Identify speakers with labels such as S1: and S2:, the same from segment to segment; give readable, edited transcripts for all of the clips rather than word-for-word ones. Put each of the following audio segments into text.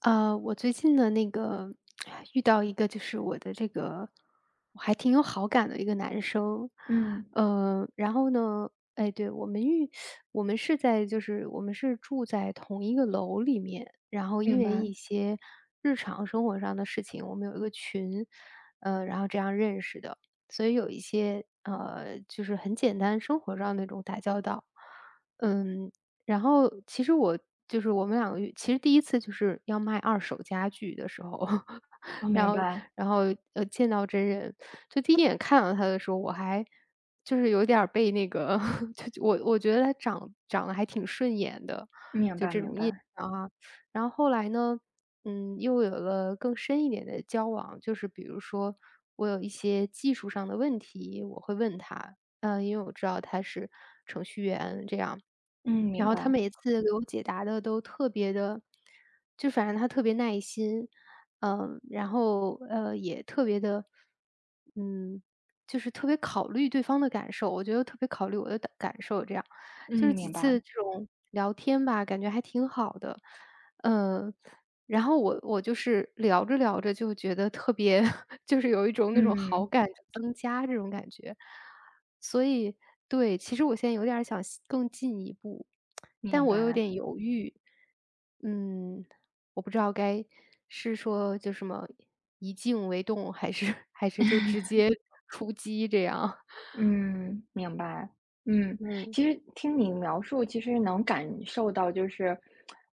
S1: 我最近的那个 遇到一个就是我的这个,还挺有好感的一个男生。
S2: 嗯，
S1: 呃，然后呢，哎，对，我们是在就是我们是住在同一个楼里面，然后因
S2: 明
S1: 为
S2: 白，
S1: 一些日常生活上的事情，我们有一个群。然后这样认识的，所以有一些就是很简单生活上那种打交道。嗯，然后其实我就是我们两个月其实第一次就是要卖二手家具的时候，
S2: 哦，
S1: 然
S2: 明
S1: 后
S2: 白。
S1: 然后，见到真人，就第一眼看到他的时候，我还就是有点儿被那个 就我觉得他长得还挺顺眼的，
S2: 明
S1: 就
S2: 白，
S1: 这
S2: 明
S1: 种印
S2: 白，
S1: 象啊。然后后来呢，嗯，又有了更深一点的交往。就是比如说我有一些技术上的问题，我会问他，嗯，因为我知道他是程序员这样。
S2: 嗯，明
S1: 然后他
S2: 白，
S1: 每次给我解答的都特别的，就反正他特别耐心。嗯，然后，也特别的，嗯，就是特别考虑对方的感受，我觉得特别考虑我的感受这样。
S2: 嗯，
S1: 就是几
S2: 明白，
S1: 次这种聊天吧，感觉还挺好的。嗯，然后我就是聊着聊着就觉得特别 就是有一种那种
S2: 嗯，
S1: 好感就增加这种感觉。所以对，其实我现在有点儿想更进一步，但
S2: 明
S1: 我有
S2: 白，
S1: 点犹豫。嗯，我不知道该是说就什么以静为动，还是就直接出击这样。
S2: 嗯，明白，嗯。
S1: 嗯。
S2: 其实听你描述，其实能感受到就是，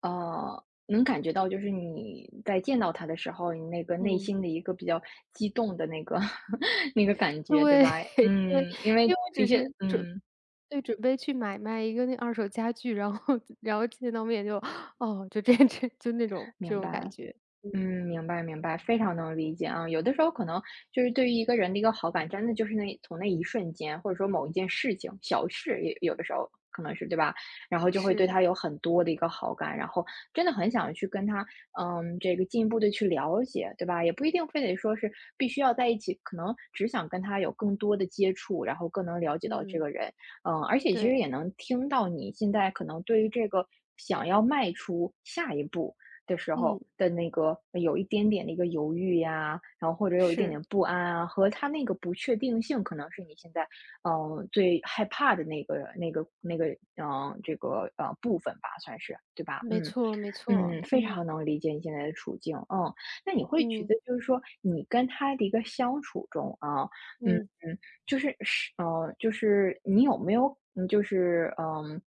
S2: 能感觉到就是你在见到他的时候，你那个内
S1: 嗯。
S2: 心的一个比较激动的那个 那个感觉，对
S1: 对
S2: 吧？
S1: 对，
S2: 嗯，因为
S1: 因为我
S2: 的
S1: 只
S2: 确，
S1: 是准
S2: 嗯，
S1: 对，准备去买卖一个那二手家具，然后 然后见到面就，哦，就这 这就那种这
S2: 明
S1: 种感
S2: 白。
S1: 觉。嗯。
S2: 嗯，明白明白，非常能理解啊。有的时候可能就是对于一个人的一个好感，真的就是那从那一瞬间，或者说某一件事情、小事，也有的时候可能是对吧？然后就会对
S1: 是。
S2: 他有很多的一个好感，然后真的很想去跟他，嗯，这个进一步的去了解，对吧？也不一定非得说是必须要在一起，可能只想跟他有更多的接触，然后更能了解到这
S1: 嗯。
S2: 个人。嗯，而且其实
S1: 对。
S2: 也能听到你现在可能对于这个想要迈出下一步的时候
S1: 嗯。
S2: 的那个有一点点的一个犹豫呀，然后或者有一点
S1: 是。
S2: 点不安啊，和他那个不确定性可能是你现在，最害怕的那个，这个，部分吧，算是，对吧？
S1: 没
S2: 嗯。
S1: 错，没错，
S2: 嗯，非
S1: 嗯。
S2: 常能理解你现在的处境，嗯，那你会觉
S1: 嗯。
S2: 得就是说，你跟他的一个相处中啊，嗯
S1: 嗯。
S2: 嗯，就是，就是你有没有，嗯，就是嗯，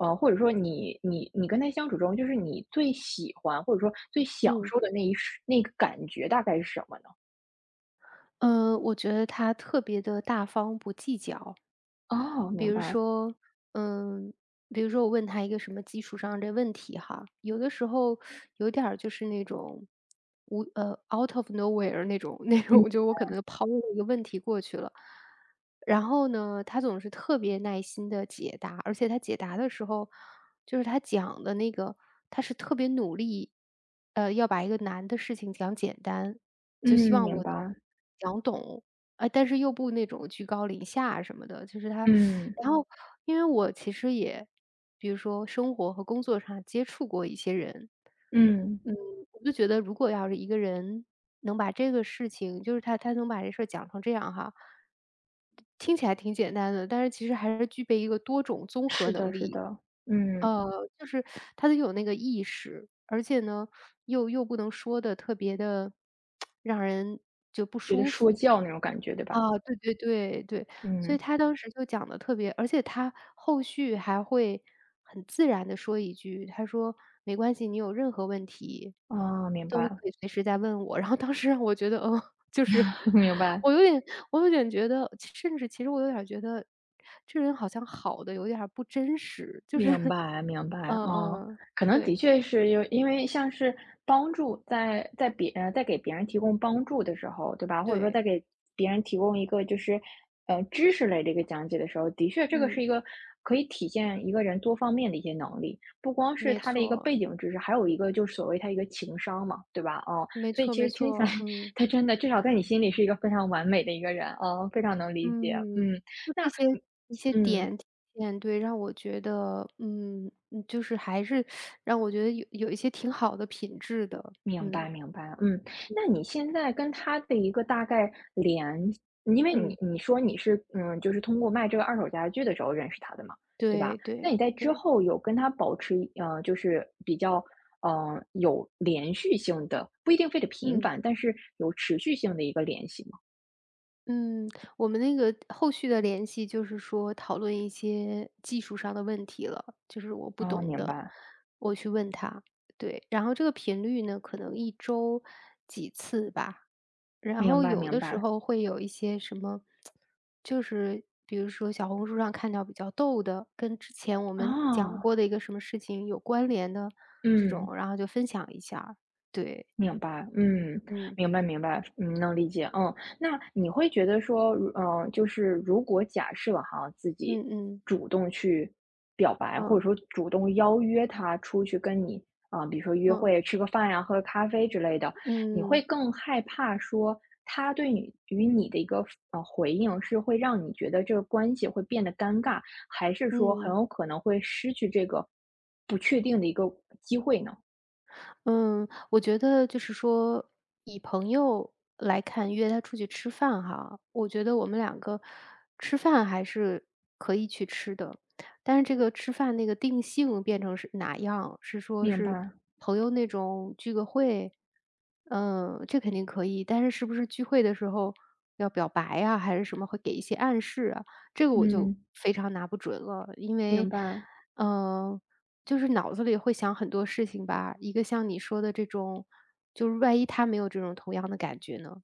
S2: 呃，或者说你跟他相处中，就是你最喜欢或者说最享
S1: 嗯。
S2: 受的那一时那个感觉大概是什么呢？
S1: 呃，我觉得他特别的大方，不计较。
S2: 哦，
S1: 比
S2: 明
S1: 如
S2: 白，
S1: 说，嗯，比如说我问他一个什么基础上的问题哈，有的时候有点儿就是那种无呃，out of nowhere 那种 那
S2: 嗯
S1: 种，就我可能抛了一个问题过去了。然后呢，他总是特别耐心的解答，而且他解答的时候，就是他讲的那个，他是特别努力，呃，要把一个难的事情讲简单，
S2: 嗯，
S1: 就希望
S2: 明
S1: 我能
S2: 白，
S1: 讲懂。啊，但是又不那种居高临下什么的，就是他，然
S2: 嗯
S1: 嗯后因为我其实也比如说生活和工作上接触过一些人。
S2: 嗯，
S1: 嗯，嗯我就觉得如果要是一个人能把这个事情就是他能把这事儿讲成这样哈，听起来挺简单的，但是其实还是具备一个多种综合
S2: 是的，
S1: 能
S2: 是
S1: 力。
S2: 的，嗯，
S1: 呃，就是他得有那个意识，而且呢，又不能说的特别的 让人就不
S2: 觉得
S1: 舒
S2: 说
S1: 服。
S2: 教那种感觉，对
S1: 啊，
S2: 吧？
S1: 对对对对，所以
S2: 嗯，
S1: 他当时就讲的特别，而且他后续还会很自然的说一句，他说：“没关系，你有任何问题
S2: 啊，明
S1: 都
S2: 白，
S1: 可以随时再问我。然后当时让我觉得，嗯，就是
S2: 明
S1: 我
S2: 白。
S1: 有点我有点觉得，甚至其实我有点觉得，这人好像好的有点儿不真实，就是
S2: 明 白明白，
S1: 嗯。
S2: 嗯，
S1: 嗯。
S2: 可能
S1: 对。
S2: 的确是有因为像是帮助在给别人提供帮助的时候，对吧？或者说在
S1: 对。
S2: 给别人提供一个就是，知识类的一个讲解的时候，的确这个是
S1: 嗯。
S2: 一个可以体现一个人多方面的一些能力，不光是
S1: 没
S2: 他的一个
S1: 错。
S2: 背景知识，还有一个就是所谓他一个情商嘛，对吧？哦，
S1: 没
S2: 所以
S1: 错，
S2: 其
S1: 没
S2: 实听起来
S1: 错，嗯。
S2: 他真的至少在你心里是一个非常完美的一个人，哦，非常能理解，
S1: 嗯，
S2: 嗯。
S1: 就这
S2: 那
S1: 些一些
S2: 嗯，
S1: 点，对，让我觉得，嗯，嗯就是还是让我觉得有一些挺好的品质的。
S2: 明白
S1: 嗯。
S2: 明白，嗯，那你现在跟他的一个大概联因为你
S1: 嗯。
S2: 你说你是，嗯，就是通过卖这个二手家具的时候认识他的嘛，对吧？
S1: 对
S2: 那你
S1: 对
S2: 在之
S1: 对。
S2: 后有跟他保持，就是比较，有连续性的，不一定非得频
S1: 嗯。
S2: 繁，但是有持续性的一个联系吗？
S1: 嗯。我们那个后续的联系就是说讨论一些技术上的问题了，就是我不
S2: 哦，
S1: 懂
S2: 明
S1: 的，
S2: 白，
S1: 我去问他。对，然后这个频率呢，可能一周几次吧，然
S2: 明
S1: 后
S2: 白
S1: 有
S2: 明
S1: 的时
S2: 白，
S1: 候会有一些什么，就是比如说小红书上看到比较逗的，跟之前我们讲
S2: 啊，
S1: 过的一个什么事情有关联的这
S2: 嗯。
S1: 种，然后就分享一下儿。对。
S2: 明白，嗯，
S1: 嗯。
S2: 明白明白，嗯，能理解，嗯，那你会觉得说，嗯，就是如果假设哈，自己
S1: 嗯。嗯。
S2: 主动去表白，或者
S1: 嗯。
S2: 说主动邀约他出去跟你啊、比如说约
S1: 嗯。
S2: 会、吃个饭呀、喝个咖啡之类的，你会
S1: 嗯。
S2: 更害怕说他对你与你的一个回应是会让你觉得这个关系会变得尴尬，还是说很
S1: 嗯。
S2: 有可能会失去这个不确定的一个机会呢？
S1: 嗯，我觉得就是说，以朋友来看，约他出去吃饭哈，我觉得我们两个吃饭还是可以去吃的，但是这个吃饭那个定性变成是哪样？是说
S2: 明
S1: 是
S2: 白，
S1: 朋友那种聚个会，嗯，这肯定可以，但是是不是聚会的时候要表白呀，还是什么会给一些暗示啊？这个我就
S2: 嗯。
S1: 非常拿不准了。因
S2: 明
S1: 为，
S2: 白，
S1: 嗯、就是脑子里会想很多事情吧，一个像你说的这种，就是万一他没有这种同样的感觉呢？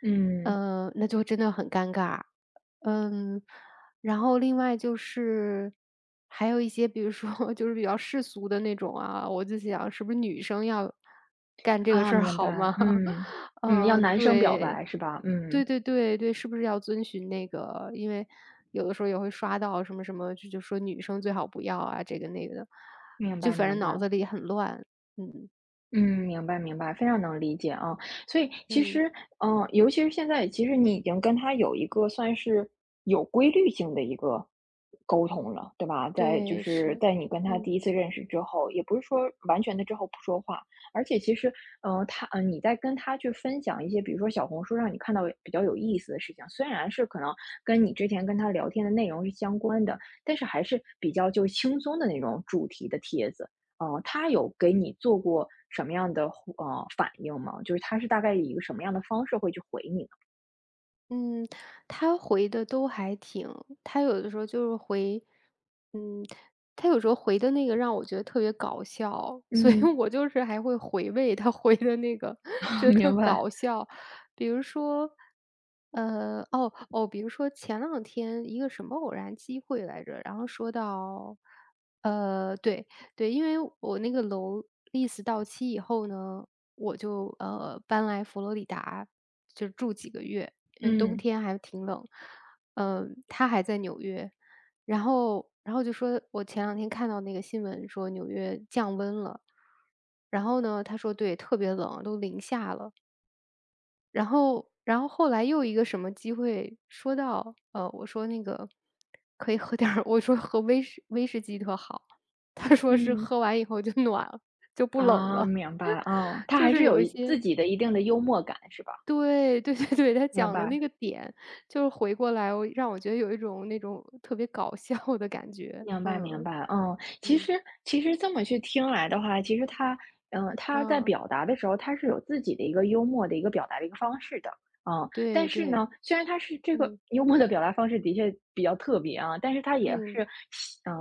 S2: 嗯，
S1: 呃，那就真的很尴尬。嗯，然后另外就是还有一些，比如说 就是比较世俗的那种啊，我就想是不是女生要干这个
S2: 啊，
S1: 事儿
S2: 明
S1: 好
S2: 白，
S1: 吗？
S2: 嗯，嗯，要
S1: 呃，
S2: 男生表
S1: 对，
S2: 白是吧？嗯，
S1: 对对对对，是不是要遵循那个？因为有的时候也会刷到什么什么，就说女生最好不要啊，这个那个的，
S2: 明
S1: 就
S2: 白
S1: 反
S2: 明
S1: 正脑
S2: 白。
S1: 子里很乱。嗯。
S2: 嗯，明白明白，非常能理解啊。所以其
S1: 嗯。
S2: 实，嗯，尤其是现在，其实你已经跟他有一个算是有规律性的一个沟通了，对吧？在就
S1: 对。
S2: 是
S1: 是。
S2: 在你跟他
S1: 嗯。
S2: 第一次认识之后，也不是说完全的之后不说话，而且其实，嗯，你在跟他去分享一些，比如说小红书上你看到比较有意思的事情，虽然是可能跟你之前跟他聊天的内容是相关的，但是还是比较就轻松的那种主题的帖子。哦，他有给你做过什么样的反应吗？就是他是大概以一个什么样的方式会去回你呢？
S1: 嗯，他回的都还挺，他有的时候就是回嗯，他有时候回的那个让我觉得特别搞笑，所以
S2: 嗯，
S1: 我就是还会回味他回的那个，觉得特
S2: 明白，
S1: 搞笑。比如说，呃，哦，哦，比如说前两天一个什么偶然机会来着，然后说到，呃，对，对，因为我那个楼 lease 到期以后呢，我就搬来佛罗里达，就住几个月，因为冬
S2: 嗯，
S1: 天还挺冷。嗯、他还在纽约，然后就说，我前两天看到那个新闻说纽约降温了，然后呢，他说对，特别冷，都零下了。然后后来又一个什么机会说到，呃，我说那个可以喝点儿 我说喝威士忌特好，他说是
S2: 嗯。
S1: 喝完以后就暖了，就不冷
S2: 啊，
S1: 了。
S2: 明白，啊，他
S1: 就
S2: 还是
S1: 是
S2: 有
S1: 有一
S2: 一自
S1: 些
S2: 己的一定的幽默感，是吧？
S1: 对，对对对，他
S2: 明
S1: 讲的
S2: 白。
S1: 那个点，就是回过来让我觉得有一种那种特别搞笑的感觉。
S2: 明白明
S1: 嗯。
S2: 白，嗯，其
S1: 嗯。
S2: 实其实这么去听来的话，其实他在
S1: 啊，
S2: 表达的时候，他是有自己的一个幽默的一个表达的一个方式的，嗯，但
S1: 对
S2: 是
S1: 对。
S2: 呢，虽然他是这个
S1: 嗯。
S2: 幽默的表达方式的确比较特别啊，但是他也
S1: 嗯。
S2: 是，呃，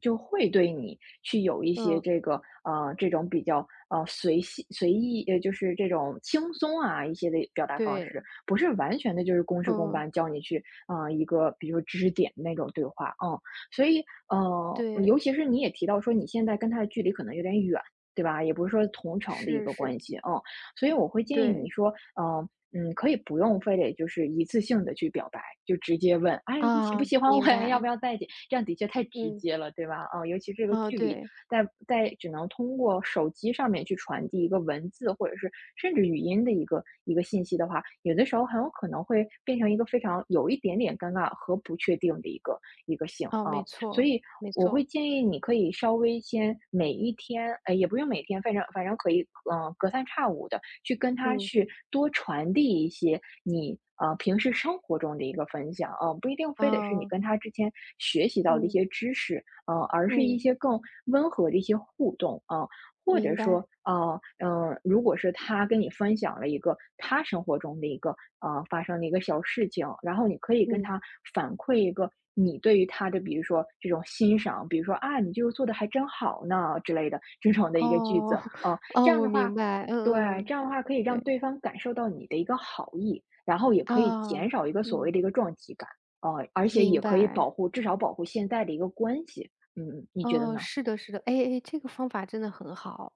S2: 就会对你去有一些
S1: 嗯。
S2: 这个，这种比较随性随意，就是这种轻松啊一些的表达方式，
S1: 对。
S2: 不是完全的就是公事公
S1: 嗯。
S2: 办教你去，啊、一个比如说知识点那种对话，嗯。所以尤
S1: 对。
S2: 其是你也提到说你现在跟他的距离可能有点远，对吧？也不是说同城的一
S1: 是
S2: 个
S1: 是。
S2: 关系，嗯，所以我会建议你
S1: 对。
S2: 说，嗯嗯，可以不用非得就是一次性的去表白，就直接问，哎，你喜不
S1: 啊，
S2: 喜欢我
S1: 明
S2: 呀？要不
S1: 白。
S2: 要在一起？这样的确太直
S1: 嗯。
S2: 接了，对吧？嗯，尤其这个
S1: 哦，
S2: 距离，
S1: 对。
S2: 在只能通过手机上面去传递一个文字或者是甚至语音的一个信息的话，有的时候很有可能会变成一个非常有一点点尴尬和不确定的一个性
S1: 哦，
S2: 啊。
S1: 没
S2: 嗯所
S1: 错。
S2: 以
S1: 没
S2: 我会
S1: 错。
S2: 建议你可以稍微先每一天，也不用每天，反正可以，嗯、隔三差五的去跟他
S1: 嗯。
S2: 去多传递一些你平时生活中的一个分享，嗯、不一定非得是你
S1: 哦。
S2: 跟他之前学习到的一
S1: 嗯。
S2: 些知识，嗯、而是一
S1: 嗯。
S2: 些更温和的一些互动，嗯、或者
S1: 明白。
S2: 说，如果是他跟你分享了一个他生活中的一个发生的一个小事情，然后你可以跟
S1: 嗯。
S2: 他反馈一个你对于他的，比如说这种欣赏，比如说啊，你这个做的还真好呢之类的这种的一个句子，
S1: 哦。
S2: 这
S1: 哦，
S2: 样
S1: 我
S2: 的话，
S1: 明白。
S2: 对，
S1: 嗯。嗯，
S2: 这样的话可以让
S1: 对。
S2: 对方感受到你的一个好意，然后也可以
S1: 啊。
S2: 减少一个所谓
S1: 嗯。
S2: 的一个撞击感，而且也
S1: 明
S2: 可以
S1: 白。
S2: 保护，至少保护现在的一个关系。嗯，你觉得
S1: 哦，
S2: 呢？
S1: 是的，是的，哎哎，这个方法真的很好。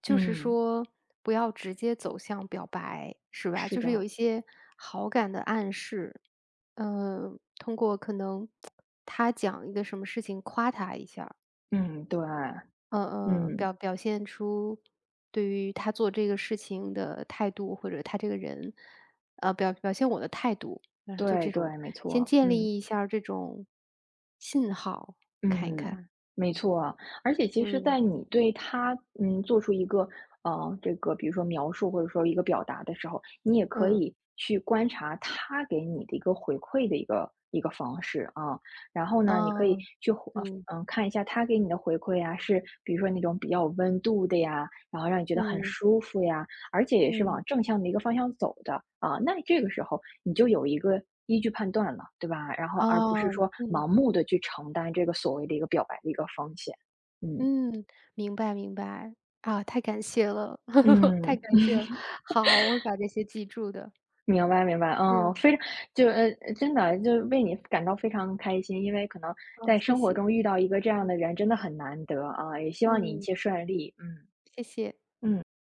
S1: 就是
S2: 嗯，
S1: 说不要直接走向表白，是吧？
S2: 是
S1: 就是有
S2: 的，
S1: 一些好感的暗示，嗯，通过可能他讲一个什么事情夸他一下。
S2: 嗯，对，
S1: 嗯。嗯，
S2: 嗯，
S1: 表表现出对于他做这个事情的态度，或者他这个人，呃，表表现我的态度，嗯，就
S2: 对
S1: 这种，
S2: 对，没
S1: 先
S2: 错，
S1: 建
S2: 嗯
S1: 立一下儿这种信号，看一
S2: 嗯，
S1: 看。
S2: 没错。而且其实
S1: 嗯。
S2: 在你对他，嗯，做出一个这个比如说描述或者说一个表达的时候，你也可
S1: 嗯。
S2: 以去观察他给你的一个回馈的一个方式啊。然后
S1: 哦。
S2: 呢，你可以
S1: 啊。
S2: 去
S1: 嗯。
S2: 看一下他给你的回馈呀，是比如说那种比较有温度的呀，然后让你觉得很
S1: 嗯。
S2: 舒服呀，而且也是往
S1: 嗯。
S2: 正向的一个方向走的啊，那这个时候你就有一个依据判断了，对吧？然后而不是
S1: 哦。啊。
S2: 说
S1: 嗯。
S2: 盲目的去承担这个所谓的一个表白的一个风险，嗯。
S1: 嗯，明白，明白，啊，太感谢了，
S2: 嗯，
S1: 太感谢了，好，我会把这些记住的。
S2: 明白，明白，嗯，
S1: 嗯。
S2: 非常，就真的，就为你感到非常开心，因为可能
S1: 哦，
S2: 在
S1: 谢
S2: 生活
S1: 谢。
S2: 中遇到一个这样
S1: 嗯。
S2: 的人真的很难得啊，也希望你一
S1: 嗯，
S2: 切顺利，嗯。
S1: 谢谢。
S2: 嗯。